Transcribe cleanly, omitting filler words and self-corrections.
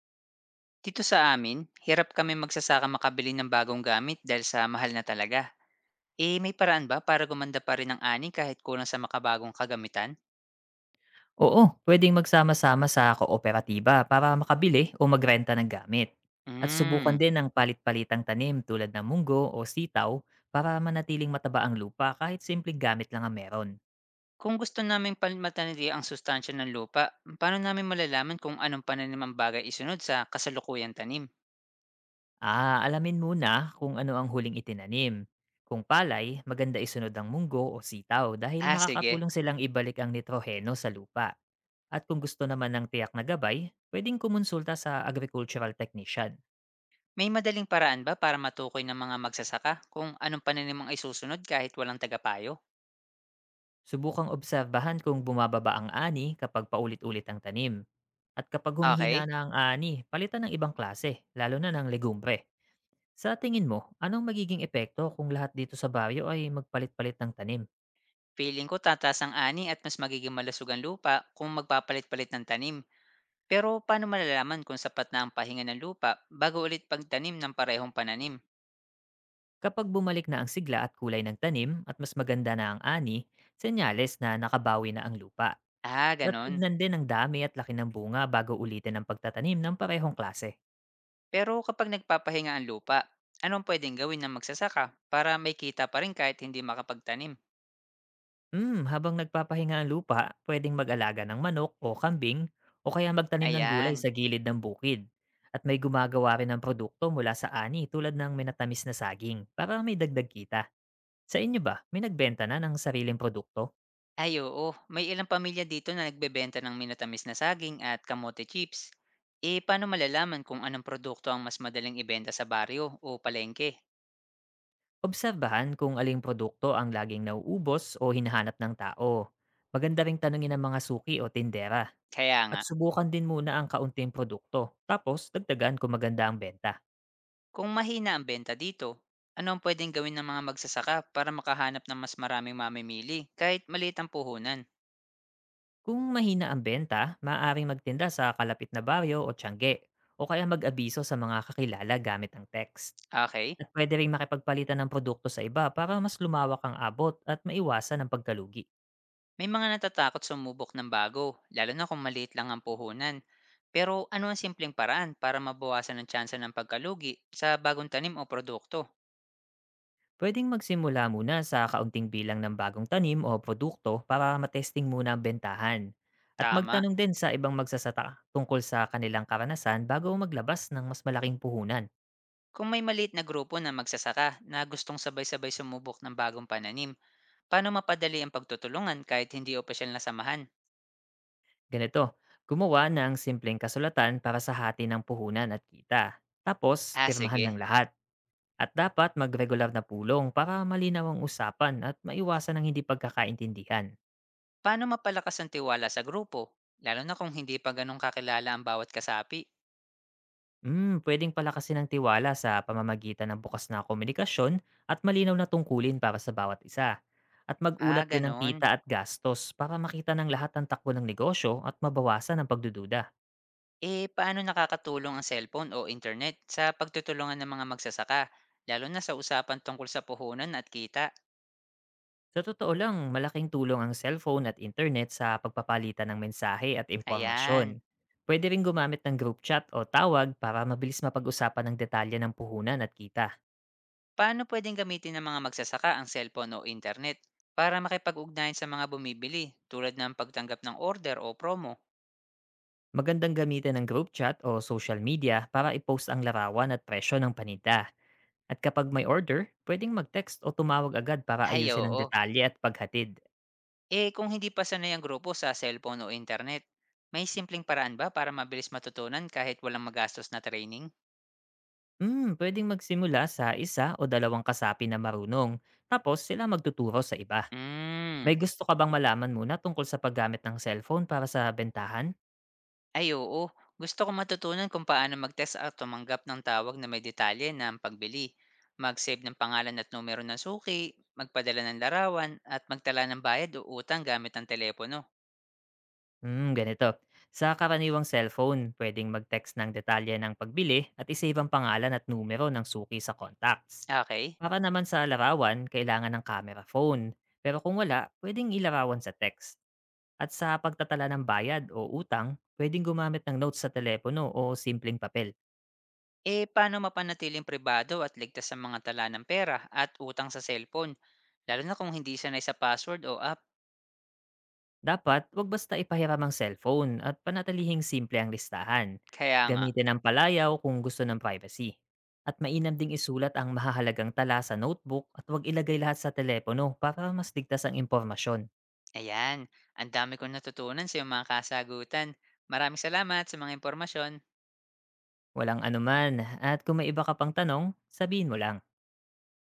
Dito sa amin, hirap kami magsasaka makabili ng bagong gamit dahil sa mahal na talaga. Eh, may paraan ba para gumanda pa rin ang ani kahit kulang sa makabagong kagamitan? Oo, pwedeng magsama-sama sa kooperatiba para makabili o magrenta ng gamit. At subukan Hmm. din ang palit-palitang tanim tulad ng munggo o sitaw para manatiling mataba ang lupa kahit simpleng gamit lang ang meron. Kung gusto namin palimatanili ang sustansya ng lupa, paano namin malalaman kung anong pananim ang bagay isunod sa kasalukuyang tanim? Ah, alamin muna kung ano ang huling itinanim. Kung palay, maganda isunod ang munggo o sitaw dahil Ha, sige. nakakatulong silang ibalik ang nitroheno sa lupa. At kung gusto naman ng tiyak na gabay, pwedeng kumonsulta sa agricultural technician. May madaling paraan ba para matukoy ng mga magsasaka kung anong pananim ang isusunod kahit walang tagapayo? Subukang obserbahan kung bumababa ang ani kapag paulit-ulit ang tanim. At kapag Okay. humihina na ang ani, palitan ng ibang klase, lalo na ng legumbre. Sa tingin mo, anong magiging epekto kung lahat dito sa baryo ay magpalit-palit ng tanim? Feeling ko tataas ang ani at mas magiging malusog ang lupa kung magpapalit-palit ng tanim. Pero paano malalaman kung sapat na ang pahinga ng lupa bago ulit pagtanim ng parehong pananim? Kapag bumalik na ang sigla at kulay ng tanim at mas maganda na ang ani, senyales na nakabawi na ang lupa. Ah, At ganon. tignan din ang dami at laki ng bunga bago ulitin ang pagtatanim ng parehong klase. Pero kapag nagpapahinga ang lupa, anong pwedeng gawin ng magsasaka para may kita pa rin kahit hindi makapagtanim? Habang nagpapahinga ang lupa, pwedeng mag-alaga ng manok o kambing o kaya magtanim ng gulay Ayan. sa gilid ng bukid. At may gumagawa rin ng produkto mula sa ani tulad ng minatamis na saging para may dagdag kita. Sa inyo ba, may nagbenta na ng sariling produkto? Ay, oo, may ilang pamilya dito na nagbebenta ng minatamis na saging at kamote chips. Eh, paano malalaman kung anong produkto ang mas madaling ibenta sa baryo o palengke? Obserbahan kung aling produkto ang laging nauubos o hinahanap ng tao. Maganda ring tanungin ang mga suki o tindera Kaya at nga. subukan din muna ang kaunting produkto. Tapos, dagdagan kung maganda ang benta. Kung mahina ang benta dito, ano ang pwedeng gawin ng mga magsasaka para makahanap ng mas maraming mamimili kahit maliit ang puhunan? Kung mahina ang benta, maaaring magtinda sa kalapit na baryo o tiyangge, o kaya mag-abiso sa mga kakilala gamit ang text. Okay, At pwede rin makipagpalitan ng produkto sa iba para mas lumawak ang abot at maiwasan ang pagkalugi. may mga natatakot sumubok ng bago, lalo na kung maliit lang ang puhunan. Pero ano ang simpleng paraan para mabawasan ang tsansa ng pagkalugi sa bagong tanim o produkto? Pwedeng magsimula muna sa kaunting bilang ng bagong tanim o produkto para matesting muna ang bentahan. At Tama. magtanong din sa ibang magsasata tungkol sa kanilang karanasan bago maglabas ng mas malaking puhunan. Kung may maliit na grupo na magsasaka na gustong sabay-sabay sumubok ng bagong pananim, paano mapadali ang pagtutulungan kahit hindi opisyal na samahan? Ganito, gumawa ng simpleng kasulatan para sa hati ng puhunan at kita. Tapos, Ah, pirmahan ng sige. lahat. At dapat magregular na pulong para malinaw ang usapan at maiwasan ang hindi pagkakaintindihan. Paano mapalakas ang tiwala sa grupo? Lalo na kung hindi pa ganun kakilala ang bawat kasapi. Pwedeng palakasin ng tiwala sa pamamagitan ng bukas na komunikasyon at malinaw na tungkulin para sa bawat isa. At Ah, mag-ulat din ng ganun. kita at gastos para makita ng lahat ang takbo ng negosyo at mabawasan ang pagdududa. Eh, paano nakakatulong ang cellphone o internet sa pagtutulungan ng mga magsasaka? Lalo na sa usapan tungkol sa puhunan at kita. Sa totoo lang, malaking tulong ang cellphone at internet sa pagpapalitan ng mensahe at impormasyon. Ayan. Pwede rin gumamit ng group chat o tawag para mabilis mapag-usapan ng detalye ng puhunan at kita. Paano pwedeng gamitin ng mga magsasaka ang cellphone o internet para makipag-ugnayan sa mga bumibili tulad ng pagtanggap ng order o promo? Magandang gamitin ng group chat o social media para i-post ang larawan at presyo ng panita. At kapag may order, pwedeng mag-text o tumawag agad para Ay, ayusin ang oo. detalye at paghatid. Eh, kung hindi pa sanay ang grupo sa cellphone o internet, may simpleng paraan ba para mabilis matutunan kahit walang magastos na training? Pwedeng magsimula sa isa o dalawang kasapi na marunong, tapos sila magtuturo sa iba. Hmm, May gusto ka bang malaman muna tungkol sa paggamit ng cellphone para sa bentahan? ay, oo. Gusto ko matutunan kung paano mag-test at tumanggap ng tawag na may detalye ng pagbili, mag-save ng pangalan at numero ng suki, magpadala ng larawan, at magtala ng bayad o utang gamit ang telepono. Hmm, ganito. Sa karaniwang cellphone, pwedeng mag-text ng detalye ng pagbili at isave ang pangalan at numero ng suki sa contacts. Okay. Para naman sa larawan, kailangan ng camera phone. Pero kung wala, pwedeng ilarawan sa text. At sa pagtatala ng bayad o utang, pwedeng gumamit ng notes sa telepono o simpleng papel. Eh, paano mapanatiling pribado at ligtas sa mga tala ng pera at utang sa cellphone, lalo na kung hindi sanay sa password o app? Dapat 'wag basta ipahiram ang cellphone at panatilihing simple ang listahan. Kaya nga. Gamitin ang palayaw kung gusto ng privacy. At mainam ding isulat ang mahahalagang tala sa notebook at 'wag ilagay lahat sa telepono para mas ligtas ang impormasyon. Ayan, ang dami kong natutunan sa iyong mga kasagutan. Maraming salamat sa mga impormasyon. Walang anuman at kung may iba ka pang tanong, sabihin mo lang.